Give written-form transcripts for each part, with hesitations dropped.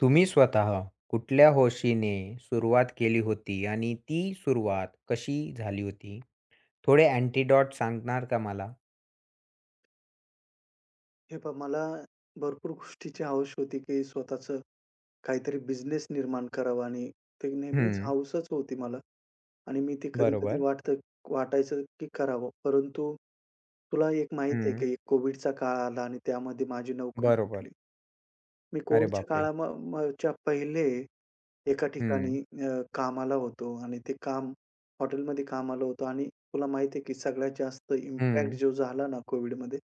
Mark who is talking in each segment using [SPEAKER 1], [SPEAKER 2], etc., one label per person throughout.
[SPEAKER 1] तुम्ही स्वतः कुठल्या हौशीने सुरुवात केली होती आणि ती सुरुवात कशी झाली होती? थोडे अँटिडोट सांगणार का मला?
[SPEAKER 2] हे पहा मला भरपूर गोष्टीची हौस होती, की स्वतःचं काहीतरी बिझनेस निर्माण करावा आणि ते नेहमीच
[SPEAKER 1] हं,
[SPEAKER 2] हौसच होती मला. आणि मी ते कधी-कधी
[SPEAKER 1] बरोबर.
[SPEAKER 2] वाटतं वाटायचं की करावं. परंतु तुला एक माहीत आहे,
[SPEAKER 1] हं,
[SPEAKER 2] की कोव्हिडचा काळ आला आणि त्यामध्ये माझी नोकरी
[SPEAKER 1] बरोबर.
[SPEAKER 2] सुटली. मी
[SPEAKER 1] अरे
[SPEAKER 2] कोविडच्या
[SPEAKER 1] बापरे!
[SPEAKER 2] काळाम म च्या पहिले एका ठिकाणी
[SPEAKER 1] हं,
[SPEAKER 2] कामाला होतो आणि ते काम हॉटेलमध्ये कामाला होतो. आणि तुला माहिती आहे की सगळ्यात जास्त इम्पॅक्ट
[SPEAKER 1] हं.
[SPEAKER 2] जो झाला ना कोविडमध्ये,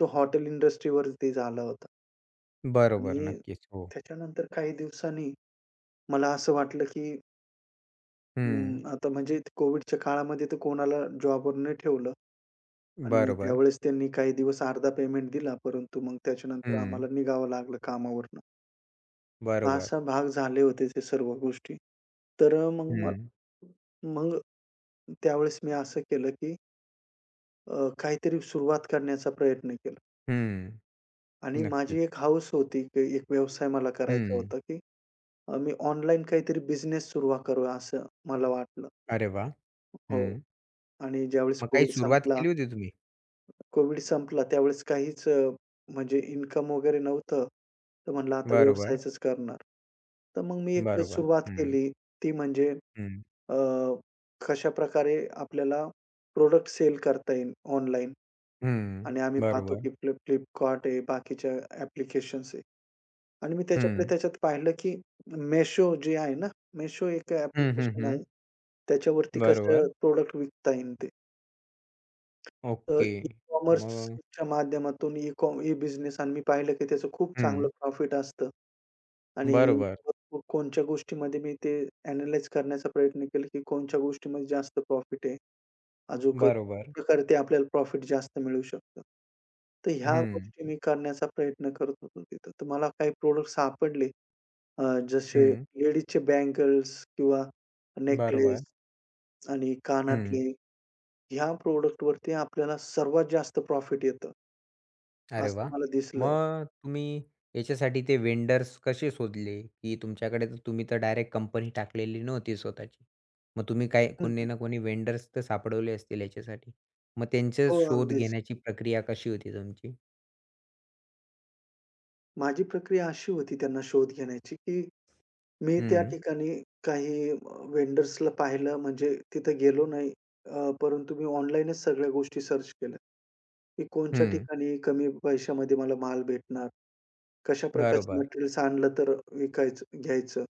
[SPEAKER 2] तो हॉटेल इंडस्ट्रीवरती झाला होता.
[SPEAKER 1] बरोबर.
[SPEAKER 2] आणि
[SPEAKER 1] नक्कीच. हो.
[SPEAKER 2] त्याच्यानंतर काही दिवसांनी मला असं वाटलं की
[SPEAKER 1] हं.
[SPEAKER 2] आता म्हणजे कोविडच्या काळामध्ये तर कोणाला जॉबवर नाही ठेवलं, आणि
[SPEAKER 1] बरोबर.
[SPEAKER 2] त्यावेळेस त्यांनी काही दिवस अर्धा पेमेंट दिला, परंतु मग त्याच्यानंतर आम्हाला
[SPEAKER 1] हं.
[SPEAKER 2] निघावं लागलं कामावरनं.
[SPEAKER 1] बरोबर.
[SPEAKER 2] असा भाग झाले होते ते सर्व गोष्टी. तर मग
[SPEAKER 1] हं,
[SPEAKER 2] मग त्यावेळेस मी असं केलं, की काहीतरी सुरुवात करण्याचा प्रयत्न केला.
[SPEAKER 1] हं.
[SPEAKER 2] आणि
[SPEAKER 1] नक्कीच.
[SPEAKER 2] माझी एक हौस होती, की एक व्यवसाय मला करायचा
[SPEAKER 1] हं.
[SPEAKER 2] होता, की मी ऑनलाईन काहीतरी बिझनेस सुरुवात करूया असं मला वाटलं.
[SPEAKER 1] अरे वाह!
[SPEAKER 2] हो.
[SPEAKER 1] हं.
[SPEAKER 2] आणि ज्यावेळेस
[SPEAKER 1] मग काही
[SPEAKER 2] कोविड
[SPEAKER 1] सुरुवात
[SPEAKER 2] संपला
[SPEAKER 1] केली होती तुम्ही?
[SPEAKER 2] कोविड संपला त्यावेळेस काहीच म्हणजे इन्कम वगैरे नव्हतं. तर म्हणलं आता
[SPEAKER 1] बरोबर.
[SPEAKER 2] व्यवसायाचंच करणार. तर मग मी एक
[SPEAKER 1] बरोबर.
[SPEAKER 2] सुरुवात
[SPEAKER 1] हं,
[SPEAKER 2] केली, ती म्हणजे
[SPEAKER 1] हं,
[SPEAKER 2] अ, कशाप्रकारे आपल्याला प्रॉडक्ट सेल करता येईल ऑनलाईन.
[SPEAKER 1] हं.
[SPEAKER 2] आणि आम्ही पाहतो
[SPEAKER 1] बरोबर.
[SPEAKER 2] की Flipkart आहे, बाकीच्या ॲप्लिकेशन्स आहे. आणि मी
[SPEAKER 1] हं.
[SPEAKER 2] त्याच्यात पाहिलं की Meesho जे आहे ना, Meesho एक
[SPEAKER 1] हं, हं,
[SPEAKER 2] ॲप्लिकेशन
[SPEAKER 1] हं.
[SPEAKER 2] आहे. त्याच्यावरती कसं
[SPEAKER 1] बरोबर.
[SPEAKER 2] प्रॉडक्ट विकता येईल ते. तर
[SPEAKER 1] ओके. मग
[SPEAKER 2] ई-कॉमर्सच्या माध्यमातून ई-बिझनेस, आणि मी पाहिलं की त्याचं खूप चांगलं
[SPEAKER 1] हं.
[SPEAKER 2] प्रॉफिट असतं. आणि
[SPEAKER 1] बरोबर,
[SPEAKER 2] भरपूर कोणत्या गोष्टीमध्ये मी ते ॲनलाईज करण्याचा प्रयत्न केला की कोणत्या गोष्टीमध्ये जास्त प्रॉफिट आहे. अजूक अशा
[SPEAKER 1] बरोबर.
[SPEAKER 2] प्रकारे ते आपल्याला प्रॉफिट जास्त मिळू शकतं. तर ह्या
[SPEAKER 1] हं,
[SPEAKER 2] गोष्टी मी करण्याचा प्रयत्न करत होतो तिथं. तर मला काही प्रॉडक्ट सापडले, अ, जसे
[SPEAKER 1] हं.
[SPEAKER 2] लेडीजचे बँगल्स किंवा नेकलेस
[SPEAKER 1] बरोबर.
[SPEAKER 2] आणि
[SPEAKER 1] हं.
[SPEAKER 2] कानातले. ह्या प्रॉडक्टवरती आपल्याला सर्वात जास्त प्रॉफिट येतं,
[SPEAKER 1] अरे
[SPEAKER 2] असं
[SPEAKER 1] वाह!
[SPEAKER 2] मला दिसलं.
[SPEAKER 1] मग तुम्ही याच्यासाठी ते वेंडर्स कसे शोधले? की तुमच्याकडे तर तुम्ही तर डायरेक्ट कंपनी टाकलेली नव्हती स्वतःची. मग तुम्ही काय
[SPEAKER 2] हं,
[SPEAKER 1] कोणी
[SPEAKER 2] हं.
[SPEAKER 1] ना कोणी वेंडर्स तर सापडवले असतील याच्यासाठी. मग त्यांचे
[SPEAKER 2] हो,
[SPEAKER 1] शोध
[SPEAKER 2] अगदीच.
[SPEAKER 1] घेण्याची प्रक्रिया कशी होती तुमची?
[SPEAKER 2] माझी प्रक्रिया अशी होती त्यांना शोध घेण्याची, की मी त्या
[SPEAKER 1] हं,
[SPEAKER 2] ठिकाणी काही व्हेंडर्सला पाहिलं, म्हणजे तिथे गेलो नाही. परंतु मी ऑनलाईनच सगळ्या गोष्टी सर्च केल्या, की कोणच्या
[SPEAKER 1] हं.
[SPEAKER 2] ठिकाणी कमी पैशामध्ये मला माल भेटणार, कशा प्रकारचं
[SPEAKER 1] बरोबर.
[SPEAKER 2] मटेरियल्स आणलं तर विकायचं घ्यायचं.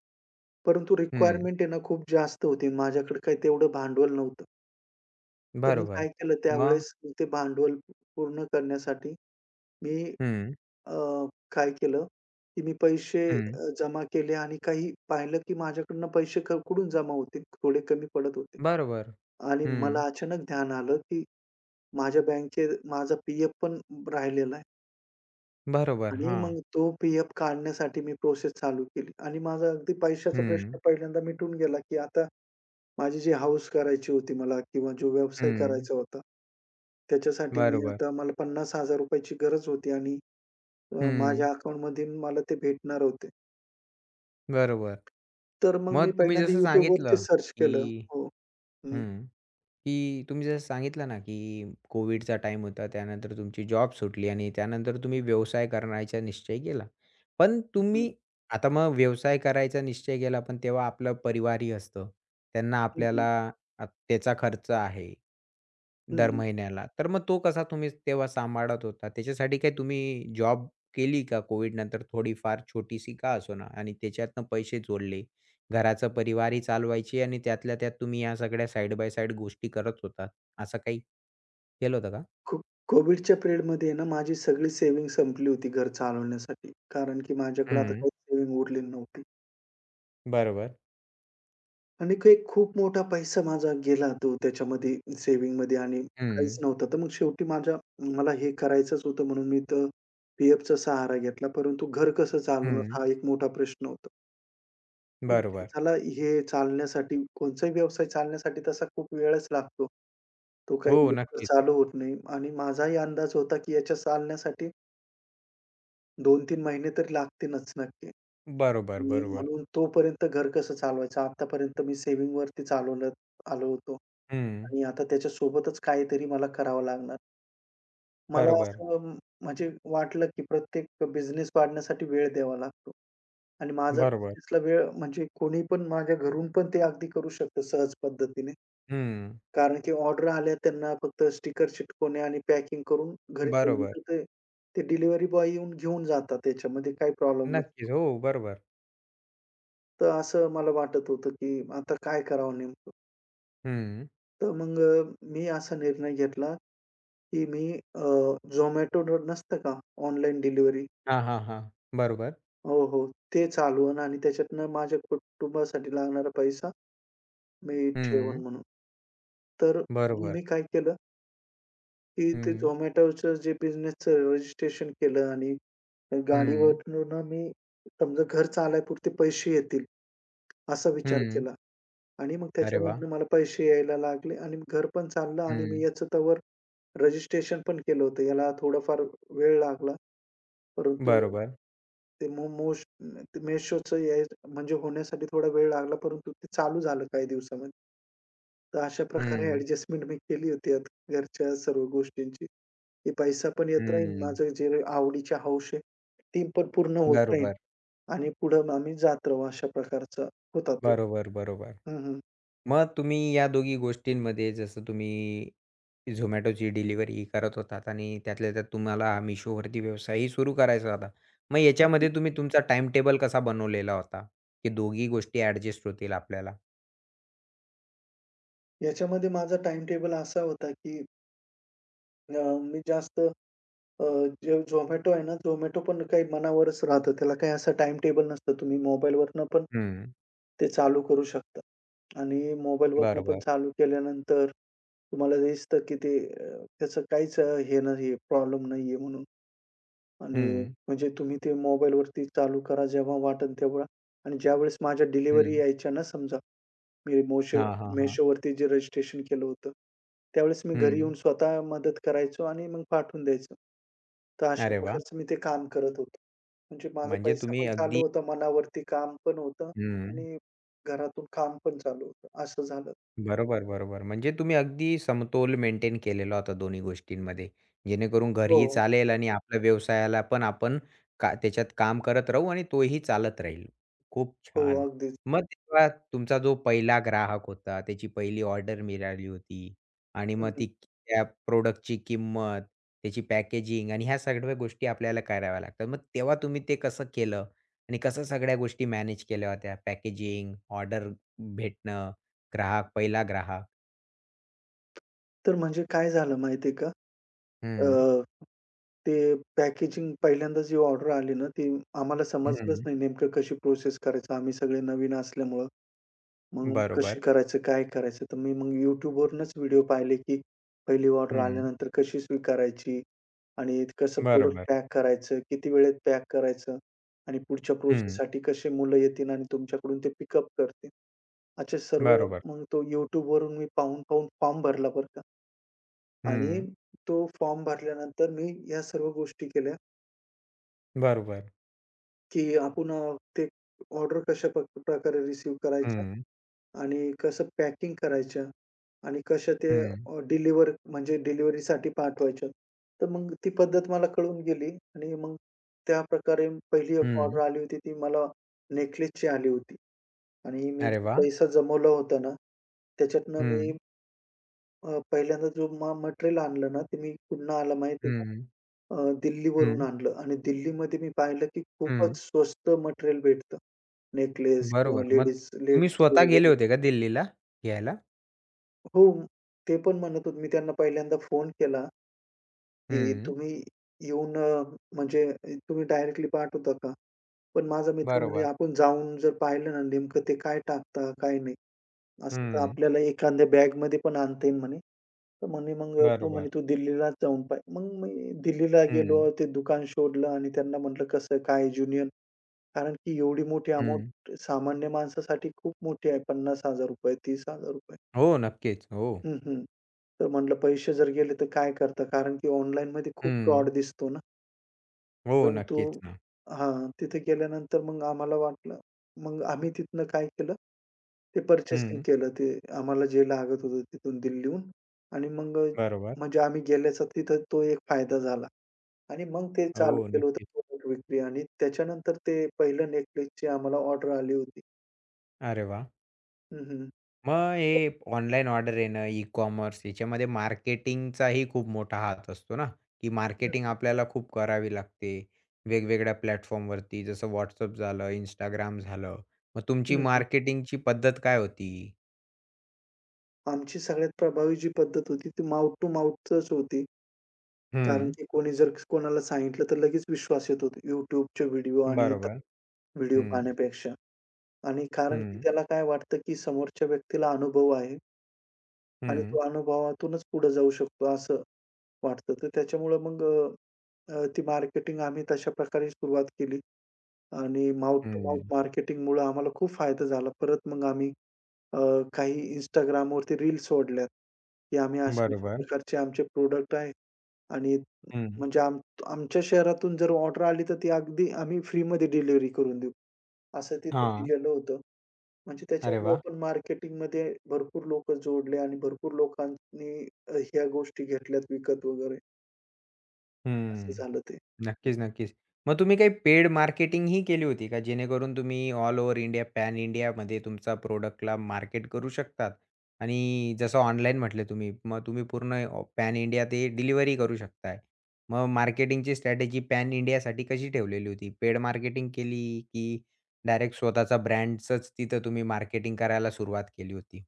[SPEAKER 2] परंतु
[SPEAKER 1] हं.
[SPEAKER 2] रिक्वायरमेंट आहे ना खूप जास्त होती. माझ्याकडे काही तेवढं भांडवल नव्हतं. तर मी
[SPEAKER 1] बरोबर.
[SPEAKER 2] काय केलं
[SPEAKER 1] मग
[SPEAKER 2] त्यावेळेस, मी ते भांडवल पूर्ण करण्यासाठी मी
[SPEAKER 1] हं,
[SPEAKER 2] अ, काय केलं, की मी पैसे
[SPEAKER 1] हं.
[SPEAKER 2] जमा केले आणि काही पाहिलं, की माझ्याकडनं पैसे कुठून जमा होतील, थोडे कमी पडत होते.
[SPEAKER 1] बरोबर.
[SPEAKER 2] आणि
[SPEAKER 1] हं.
[SPEAKER 2] मला अचानक ध्यान आलं, की माझ्या बँकेत माझा पी पण राहिलेला आहे.
[SPEAKER 1] बरोबर,
[SPEAKER 2] आणि
[SPEAKER 1] हां.
[SPEAKER 2] मग तो पी काढण्यासाठी मी प्रोसेस चालू केली, आणि माझा अगदी पैशाचा
[SPEAKER 1] हं,
[SPEAKER 2] प्रश्न पहिल्यांदा मिटून गेला, की आता माझी जी हौस करायची होती मला किंवा जो व्यवसाय
[SPEAKER 1] हं.
[SPEAKER 2] करायचा होता, त्याच्यासाठी मी
[SPEAKER 1] बरोबर.
[SPEAKER 2] आता मला ₹50,000 ची गरज होती, आणि
[SPEAKER 1] हं,
[SPEAKER 2] माझ्या अकाउंटमधून मला ते भेटणार होते.
[SPEAKER 1] बरोबर.
[SPEAKER 2] तर मग
[SPEAKER 1] मग
[SPEAKER 2] मी
[SPEAKER 1] तुम्ही
[SPEAKER 2] पहिल्यांदा
[SPEAKER 1] जसं
[SPEAKER 2] YouTubeवरती
[SPEAKER 1] सांगितलं,
[SPEAKER 2] सर्च
[SPEAKER 1] की
[SPEAKER 2] केलं. हो. हं,
[SPEAKER 1] हं. की तुम्ही जसं सांगितलं ना, की कोविडचा टाईम होता. त्यानंतर तुमची जॉब सुटली आणि त्यानंतर तुम्ही व्यवसाय करण्याचा निश्चय केला. पण
[SPEAKER 2] हं,
[SPEAKER 1] तुम्ही आता मग व्यवसाय करायचा निश्चय केला, पण तेव्हा आपलं परिवारही असतं. त्यांना
[SPEAKER 2] हं, हं,
[SPEAKER 1] आपल्याला त्याचा खर्च आहे,
[SPEAKER 2] हं,
[SPEAKER 1] दर
[SPEAKER 2] हं.
[SPEAKER 1] महिन्याला. तर मग तो कसा तुम्ही तेव्हा सांभाळत होता? त्याच्यासाठी काही तुम्ही जॉब केली का कोविडनंतर थोडीफार छोटीशी का असेना आणि त्याच्यातनं पैसे जोडले? घराचा परिवारही चालवायची आणि त्यातल्या त्यात तुम्ही या सगळ्या साइड बाय साइड गोष्टी करत होतात. असं काही केलं होतं का?
[SPEAKER 2] को कोव्हिडच्या पिरियडमध्ये ना माझी सगळी सेव्हिंग संपली होती घर चालवण्यासाठी. कारण की माझ्याकडे आता
[SPEAKER 1] हं.
[SPEAKER 2] काही सेव्हिंग उरलेली नव्हती.
[SPEAKER 1] बरोबर.
[SPEAKER 2] आणि काही खूप मोठा पैसा माझा गेला तो त्याच्यामध्ये सेव्हिंगमध्ये, आणि काहीच
[SPEAKER 1] हं.
[SPEAKER 2] नव्हतं. तर मग शेवटी मला हे करायचंच होतं म्हणून मी तर पी-एफचा सहारा घेतला. परंतु घर कसं
[SPEAKER 1] हं.
[SPEAKER 2] चालवणार हा एक मोठा प्रश्न होता. नेमकं
[SPEAKER 1] बरोबर.
[SPEAKER 2] त्याला हे कोणचाही व्यवसाय चालण्यासाठी तसा खूप वेळच लागतो. तो काही
[SPEAKER 1] हो,
[SPEAKER 2] लवकर
[SPEAKER 1] नक्कीच.
[SPEAKER 2] चालू होत नाही, आणि माझाही अंदाज होता, की याच्या चालण्यासाठी 2-3 महिने तर लागतीलच नक्की.
[SPEAKER 1] बरोबर,
[SPEAKER 2] आणि
[SPEAKER 1] बरोबर.
[SPEAKER 2] म्हणून तोपर्यंत घर कसं चालवायचं? आतापर्यंत मी सेव्हिंगवरती चालवलं आलो होतो,
[SPEAKER 1] हं.
[SPEAKER 2] आणि आता त्याच्यासोबतच काहीतरी मला करावं लागणार. मला
[SPEAKER 1] बरोबर,
[SPEAKER 2] असं वाटलं, की प्रत्येक बिझनेस वाढण्यासाठी वेळ द्यावा लागतो. आणि माझा
[SPEAKER 1] बरोबर.
[SPEAKER 2] बिझनेसला वेळ म्हणजे कोणी पण माझ्या घरून पण ते अगदी करू शकतं सहज पद्धतीने.
[SPEAKER 1] हं.
[SPEAKER 2] कारण की ऑर्डर आल्या त्यांना फक्त स्टिकर चिटकवणे आणि पॅकिंग करून घरी ठेवली,
[SPEAKER 1] बरोबर.
[SPEAKER 2] तर ते ते डिलिव्हरी बॉय येऊन घेऊन जातात, त्याच्यामध्ये काही प्रॉब्लेम नसतो.
[SPEAKER 1] नक्कीच. हो, बरोबर.
[SPEAKER 2] तर असं मला वाटत होतं, की आता काय करावं नेमकं?
[SPEAKER 1] हं.
[SPEAKER 2] तर मग मी असा निर्णय घेतला, की अ, नसतं का ऑनलाईन डिलिव्हरी?
[SPEAKER 1] हां, हां, हां. बरोबर.
[SPEAKER 2] हो, हो. ते चालवून, आणि त्याच्यातनं माझ्या कुटुंबासाठी लागणारा पैसा मी ठेवेन
[SPEAKER 1] हं.
[SPEAKER 2] म्हणून. तर
[SPEAKER 1] बरोबर.
[SPEAKER 2] मी काय केलं, की ते
[SPEAKER 1] हं.
[SPEAKER 2] Zomatoचं जे बिझनेसचं रजिस्ट्रेशन केलं, आणि
[SPEAKER 1] हं.
[SPEAKER 2] गाडीवरून मी समजा घर चालायपुरते पैसे येतील, असा विचार
[SPEAKER 1] हं.
[SPEAKER 2] केला. आणि मग
[SPEAKER 1] अरे वाह!
[SPEAKER 2] त्याच्यामधनं मला पैसे यायला लागले, आणि घर पण चाललं, आणि मी
[SPEAKER 1] हं.
[SPEAKER 2] याचं तोवर रजिस्ट्रेशन पण केलं होतं. याला थोडाफार वेळ लागला, परंतु
[SPEAKER 1] बरोबर.
[SPEAKER 2] ते मो मोश ते Meeshoचं म्हणजे होण्यासाठी थोडा वेळ लागला, परंतु ते चालू झालं काही दिवसामध्ये. तर अशा प्रकारे
[SPEAKER 1] हं.
[SPEAKER 2] ॲडजस्टमेंट मी केली होती आत घरच्या सर्व गोष्टींची, की पैसा पण येत राहील,
[SPEAKER 1] हं.
[SPEAKER 2] माझं जे आवडीचे हौस आहे, ती पण पूर्ण होत राहील,
[SPEAKER 1] बरोबर,
[SPEAKER 2] आणि पुढं आम्ही जात राहू, अशा प्रकारचा होता तो.
[SPEAKER 1] बरोबर, बरोबर.
[SPEAKER 2] हं, हं.
[SPEAKER 1] मग तुम्ही या दोघी गोष्टींमध्ये जसं तुम्ही Zomatoची डिलिव्हरी करत होतात आणि त्यातल्या त्यात तुम्हाला हा Mishoवरती व्यवसायही सुरू करायचा होता. मग
[SPEAKER 2] हं, हं.
[SPEAKER 1] याच्यामध्ये तुम्ही तुमचा टाईम टेबल कसा बनवलेला होता, की दोघी गोष्टी ॲडजस्ट होतील आपल्याला?
[SPEAKER 2] याच्यामध्ये माझा टाईम टेबल असा होता, की अ, मी जास्त अ, जे Zomato आहे ना, Zomato पण काही मनावरच राहतं. त्याला काही असा टाईम टेबल नसतं. तुम्ही मोबाईलवरनं पण
[SPEAKER 1] हं,
[SPEAKER 2] ते चालू करू शकता, आणि मोबाईलवरनं पण
[SPEAKER 1] बरोबर.
[SPEAKER 2] चालू केल्यानंतर तुम्हाला दिसतं, की ते अ, त्याचं काहीच अ, हे नाहीये, प्रॉब्लेम नाहीये म्हणून. आणि
[SPEAKER 1] हं,
[SPEAKER 2] म्हणजे तुम्ही ते मोबाईलवरती चालू करा जेव्हा वाटेल तेव्हा. आणि ज्यावेळेस माझ्या डिलिव्हरी
[SPEAKER 1] हं.
[SPEAKER 2] यायच्या ना समजा, मी Mosh
[SPEAKER 1] हां, हां, हां.
[SPEAKER 2] Meshoवरती जे रजिस्ट्रेशन केलं होतं, त्यावेळेस मी घरी
[SPEAKER 1] हं.
[SPEAKER 2] येऊन स्वतः मदत करायचो आणि मग पाठवून द्यायचो. तर अशा
[SPEAKER 1] अरे वाह!
[SPEAKER 2] प्रकारचं मी ते काम करत होतो. म्हणजे माझा
[SPEAKER 1] म्हणजे
[SPEAKER 2] पैसा
[SPEAKER 1] तुम्ही
[SPEAKER 2] पण चालू
[SPEAKER 1] अगदी
[SPEAKER 2] होता, मनावरती काम पण होतं,
[SPEAKER 1] हं.
[SPEAKER 2] आणि घरातून काम पण चालू होतं, असं झालं.
[SPEAKER 1] बरोबर, बरोबर. म्हणजे तुम्ही अगदी समतोल मेंटेन केलेला होता दोन्ही गोष्टींमध्ये. जेणेकरून घरही
[SPEAKER 2] हो,
[SPEAKER 1] चालेल आणि आपल्या व्यवसायाला पण आपण का त्याच्यात काम करत राहू आणि तोही चालत राहील. खूप
[SPEAKER 2] हो.
[SPEAKER 1] छान.
[SPEAKER 2] अगदीच.
[SPEAKER 1] मग तेव्हा तुमचा जो पहिला ग्राहक होता, त्याची पहिली ऑर्डर मिळाली होती आणि
[SPEAKER 2] हं,
[SPEAKER 1] मग
[SPEAKER 2] हं.
[SPEAKER 1] ती त्या प्रॉडक्टची किंमत, त्याची पॅकेजिंग आणि ह्या सगळ्या गोष्टी आपल्याला कराव्या लागतात. मग तेव्हा तुम्ही ते कसं केलं आणि कसं सगळ्या गोष्टी मॅनेज केल्या होत्या? पॅकेजिंग, ऑर्डर भेटणं ग्राहक, पहिला ग्राहक.
[SPEAKER 2] तर म्हणजे काय झालं माहिती आहे का?
[SPEAKER 1] हं.
[SPEAKER 2] अ, ते पॅकेजिंग पहिल्यांदा जी ऑर्डर आली ना, ती आम्हाला समजलंच
[SPEAKER 1] हं.
[SPEAKER 2] नाही नेमकं कशी प्रोसेस करायचं. आम्ही सगळे नवीन असल्यामुळं. मग
[SPEAKER 1] बरोबर.
[SPEAKER 2] कशी करायचं, काय करायचं? तर मी मग YouTubeवरूनच व्हिडिओ पाहिले, की पहिली ऑर्डर
[SPEAKER 1] हं.
[SPEAKER 2] आल्यानंतर कशी स्वीकारायची, आणि कसं प्रोडक्ट
[SPEAKER 1] बरोबर.
[SPEAKER 2] पॅक करायचं, किती वेळेत पॅक करायचं, आणि पुढच्या
[SPEAKER 1] हं.
[SPEAKER 2] प्रोसेससाठी कसे मुलं येतील आणि तुमच्याकडून ते पिकअप करतील. असे सर्व.
[SPEAKER 1] बरोबर.
[SPEAKER 2] मग तो YouTubeवरून मी पाहून-पाहून फॉर्म भरला बरं का. आणि
[SPEAKER 1] हं.
[SPEAKER 2] तो फॉर्म भरल्यानंतर मी या सर्व गोष्टी केल्या,
[SPEAKER 1] बरोबर.
[SPEAKER 2] की आपण अ, ते ऑर्डर कशा प प्रकारे रिसीव्ह करायची,
[SPEAKER 1] हं.
[SPEAKER 2] आणि कसं पॅकिंग करायच्या, आणि कशा ते
[SPEAKER 1] हं.
[SPEAKER 2] अ, डिलिव्हर म्हणजे डिलिव्हरीसाठी पाठवायच्या. तर मग ती पद्धत मला कळून गेली. आणि मग त्याप्रकारे पहिली एक
[SPEAKER 1] हं.
[SPEAKER 2] ऑर्डर आली होती ती मला, नेकलेसची आली होती. आणि मी
[SPEAKER 1] अरे
[SPEAKER 2] जो
[SPEAKER 1] वाह!
[SPEAKER 2] पैसा जमवला होता ना, त्याच्यातनं मी
[SPEAKER 1] हं.
[SPEAKER 2] पहिल्यांदा जो मटेरियल आणलं ना, ते मी कुठनं आलं माहिती आहे का?
[SPEAKER 1] हं.
[SPEAKER 2] दिल्लीवरून
[SPEAKER 1] हं.
[SPEAKER 2] आणलं, आणि दिल्लीमध्ये मी पाहिलं की
[SPEAKER 1] हं.
[SPEAKER 2] खूपच स्वस्त मटेरियल भेटतं. नेकलेस किंवा
[SPEAKER 1] बरोबर. मग तुम्ही स्वतः गेले
[SPEAKER 2] लेडीजचे.
[SPEAKER 1] होते का दिल्लीला घ्यायला?
[SPEAKER 2] हो, ते पण म्हणत होते. मी त्यांना पहिल्यांदा फोन केला, की
[SPEAKER 1] हं.
[SPEAKER 2] तुम्ही येऊन म्हणजे तुम्ही डायरेक्टली पाठवता का? पण माझा मित्र म्हणजे
[SPEAKER 1] बरोबर.
[SPEAKER 2] आपण जाऊन जर पाहिलं ना, नेमकं ते काय टाकता, काय नाही. असं तर
[SPEAKER 1] हं.
[SPEAKER 2] आपल्याला एखाद्या बॅगमध्ये पण आणता येईल म्हणे. तर म्हणे मग तो
[SPEAKER 1] बरोबर.
[SPEAKER 2] म्हणे तू दिल्लीलाच जाऊन पाह. मग मी दिल्लीला
[SPEAKER 1] हं.
[SPEAKER 2] गेलो, ते दुकान शोधलं आणि त्यांना म्हटलं कसं काय ज्युनियर, कारण की एवढी मोठी
[SPEAKER 1] हं.
[SPEAKER 2] अमाउंट सामान्य माणसासाठी खूप मोठी आहे, ₹50,000 ₹30,000.
[SPEAKER 1] हो, नक्कीच. हो.
[SPEAKER 2] हं, हं. तर म्हटलं पैसे जर गेले तर काय करता? कारण की ऑनलाईनमध्ये खूप फ्रॉड
[SPEAKER 1] हं.
[SPEAKER 2] दिसतो ना.
[SPEAKER 1] हो,
[SPEAKER 2] परंतु
[SPEAKER 1] नक्कीच ना.
[SPEAKER 2] हां, तिथे गेल्यानंतर मग आम्हाला वाटलं. मग आम्ही तिथनं काय केलं, ते पर्चेसिंग
[SPEAKER 1] हं.
[SPEAKER 2] केलं. ते आम्हाला जे लागत होतं तिथून दिल्लीहून, आणि मग
[SPEAKER 1] बरोबर.
[SPEAKER 2] म्हणजे आम्ही गेल्याचा तिथं तो एक फायदा झाला. आणि मग ते चालू
[SPEAKER 1] हो,
[SPEAKER 2] केलं होतं
[SPEAKER 1] नक्कीच.
[SPEAKER 2] प्रोडक्ट विक्री, आणि त्याच्यानंतर ते पहिलं Netflixची आम्हाला ऑर्डर आली होती.
[SPEAKER 1] अरे वाह!
[SPEAKER 2] हं, हं.
[SPEAKER 1] मग हे ऑनलाईन ऑर्डर येणं, ई-कॉमर्स याच्यामध्ये मार्केटिंगचाही खूप मोठा हात असतो ना, की
[SPEAKER 2] हं,
[SPEAKER 1] मार्केटिंग
[SPEAKER 2] हं.
[SPEAKER 1] आपल्याला खूप करावी लागते. वेगवेगळ्या प्लॅटफॉर्मवरती जसं WhatsApp झालं, Instagram झालं. मग तुमची
[SPEAKER 2] हं, हं.
[SPEAKER 1] मार्केटिंगची पद्धत काय होती?
[SPEAKER 2] आमची सगळ्यात प्रभावी जी पद्धत होती ती माउथ टू माउथच होती. कारण
[SPEAKER 1] हं,
[SPEAKER 2] की कोणी जर कोणाला सांगितलं तर लगेच विश्वास येतो YouTubeचे व्हिडिओ आणि इतर
[SPEAKER 1] बरोबर.
[SPEAKER 2] व्हिडिओ
[SPEAKER 1] हं,
[SPEAKER 2] पाहण्यापेक्षा. आणि कारण की
[SPEAKER 1] हं,
[SPEAKER 2] त्याला काय वाटतं की समोरच्या व्यक्तीला अनुभव आहे, आणि
[SPEAKER 1] हं,
[SPEAKER 2] तो अनुभवातूनच पुढे जाऊ शकतो असं वाटतं. तर त्याच्यामुळं मग ती मार्केटिंग आम्ही तशा प्रकारे सुरुवात केली, आणि माउथ टू माउथ
[SPEAKER 1] हं.
[SPEAKER 2] मार्केटिंगमुळं आम्हाला खूप फायदा झाला. परत मग आम्ही अ, काही Instagramवरती रील्स सोडल्यात, की आम्ही अशा-अशा
[SPEAKER 1] बरोबर.
[SPEAKER 2] प्रकारचे आमचे प्रॉडक्ट आहेत. आणि
[SPEAKER 1] हं.
[SPEAKER 2] म्हणजे आमच्या शहरातून जर ऑर्डर आली, तर ती अगदी आम्ही फ्रीमध्ये डिलिव्हरी करून देऊ, असं तिथं
[SPEAKER 1] हां.
[SPEAKER 2] दिलेलं होतं. म्हणजे
[SPEAKER 1] अरे
[SPEAKER 2] त्याच्यामुळे
[SPEAKER 1] वाह!
[SPEAKER 2] पण मार्केटिंगमध्ये भरपूर लोकं जोडले आणि भरपूर लोकांनी ह्या गोष्टी घेतल्यात विकत वगैरे, असं
[SPEAKER 1] हं.
[SPEAKER 2] झालं ते.
[SPEAKER 1] नक्कीच, नक्कीच. मग तुम्ही काही पेड मार्केटिंगही केली होती का? जेणेकरून तुम्ही ऑल ओव्हर इंडिया, पॅन इंडियामध्ये तुमचा प्रॉडक्टला मार्केट करू शकतात आणि जसं ऑनलाईन म्हटले तुम्ही, मग तुम्ही पूर्ण पॅन इंडिया ते डिलिव्हरी करू शकताय. मग मार्केटिंगची स्ट्रॅटेजी पॅन इंडियासाठी कशी ठेवलेली होती? पेड मार्केटिंग केली की डायरेक्ट स्वतःचा ब्रँडचंच तिथं तुम्ही मार्केटिंग करायला सुरुवात केली होती?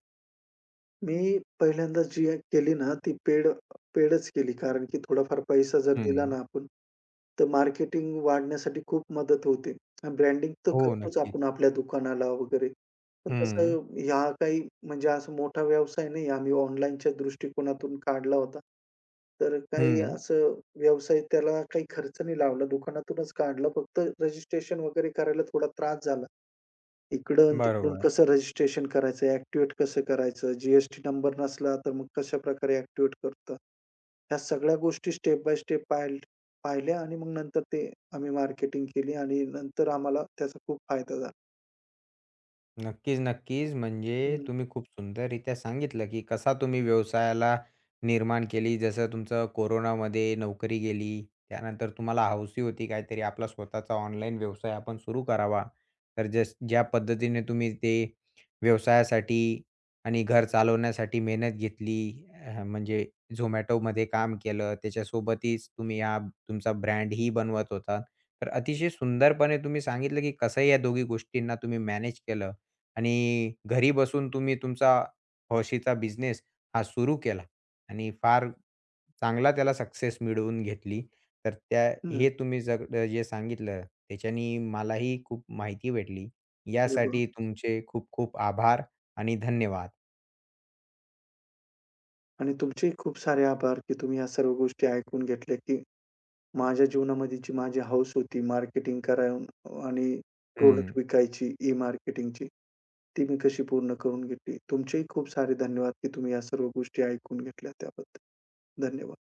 [SPEAKER 2] मी पहिल्यांदा जी केली ना, ती पेडच केली. कारण की थोडाफार पैसा जर दिला ना
[SPEAKER 1] हं.
[SPEAKER 2] आपण, तर मार्केटिंग वाढण्यासाठी खूप मदत होते. ब्रँडिंग तर
[SPEAKER 1] हो,
[SPEAKER 2] करतोच
[SPEAKER 1] नक्कीच.
[SPEAKER 2] आपण आपल्या दुकानाला वगैरे. पण
[SPEAKER 1] हं,
[SPEAKER 2] तसं ह्या काही म्हणजे असा मोठा व्यवसाय नाही आम्ही ऑनलाईनच्या दृष्टिकोनातून काढला होता. तर काही
[SPEAKER 1] हं.
[SPEAKER 2] असं व्यवसाय त्याला काही खर्च नाही लावला. दुकानातूनच काढला. फक्त रजिस्ट्रेशन वगैरे करायला थोडा त्रास झाला. इकडं आणि तिकडून
[SPEAKER 1] बरोबर.
[SPEAKER 2] कसं रजिस्ट्रेशन करायचं, ॲक्टिव्हेट कसं करायचं, जी-एस-टी नंबर नसला तर मग कशाप्रकारे ॲक्टिव्हेट करतं. ह्या सगळ्या गोष्टी स्टेप बाय स्टेप पाहिल्या, आणि मग नंतर ते आम्ही मार्केटिंग केली, आणि नंतर आम्हाला त्याचा खूप फायदा झाला.
[SPEAKER 1] नक्कीच, नक्कीच. म्हणजे
[SPEAKER 2] हं,
[SPEAKER 1] तुम्ही खूप सुंदररीत्या सांगितलं, की कसा तुम्ही व्यवसायाला निर्माण केली. जसं तुमचं कोरोनामध्ये नोकरी गेली. त्यानंतर तुम्हाला हौस होती काहीतरी आपला स्वतःचा ऑनलाईन व्यवसाय आपण सुरू करावा. तर जस ज्या पद्धतीने तुम्ही ते व्यवसायासाठी आणि घर चालवण्यासाठी मेहनत घेतली. म्हणजे झोमॅटोमध्ये काम केलं. त्याच्यासोबतच तुम्ही हा तुमचा ब्रँडही बनवत होता. तर अतिशय सुंदरपणे तुम्ही सांगितलं, की कसं या दोघी गोष्टींना तुम्ही मॅनेज केलं. आणि घरी बसून तुम्ही तुमचा हौशीचा बिझनेस हा सुरू केला आणि फार चांगला त्याला सक्सेस मिळवून घेतली. तर त्या
[SPEAKER 2] हं.
[SPEAKER 1] हे तुम्ही सगळं जे सांगितलं त्याच्यानी मलाही खूप माहिती भेटली.
[SPEAKER 2] अरे वाह!
[SPEAKER 1] यासाठी तुमचे खूप खूप आभार आणि धन्यवाद.
[SPEAKER 2] आणि तुमचेही खूप सारे आभार, की तुम्ही ह्या सर्व गोष्टी ऐकून घेतल्या, की माझ्या जीवनामध्ये जी माझी हौस होती मार्केटिंग करावून आणि प्रॉडक्ट
[SPEAKER 1] हं.
[SPEAKER 2] विकायची, ई मार्केटिंगची, ती मी कशी पूर्ण करून घेतली. तुमचेही खूप सारे धन्यवाद, की तुम्ही या सर्व गोष्टी ऐकून घेतल्या त्याबद्दल. धन्यवाद.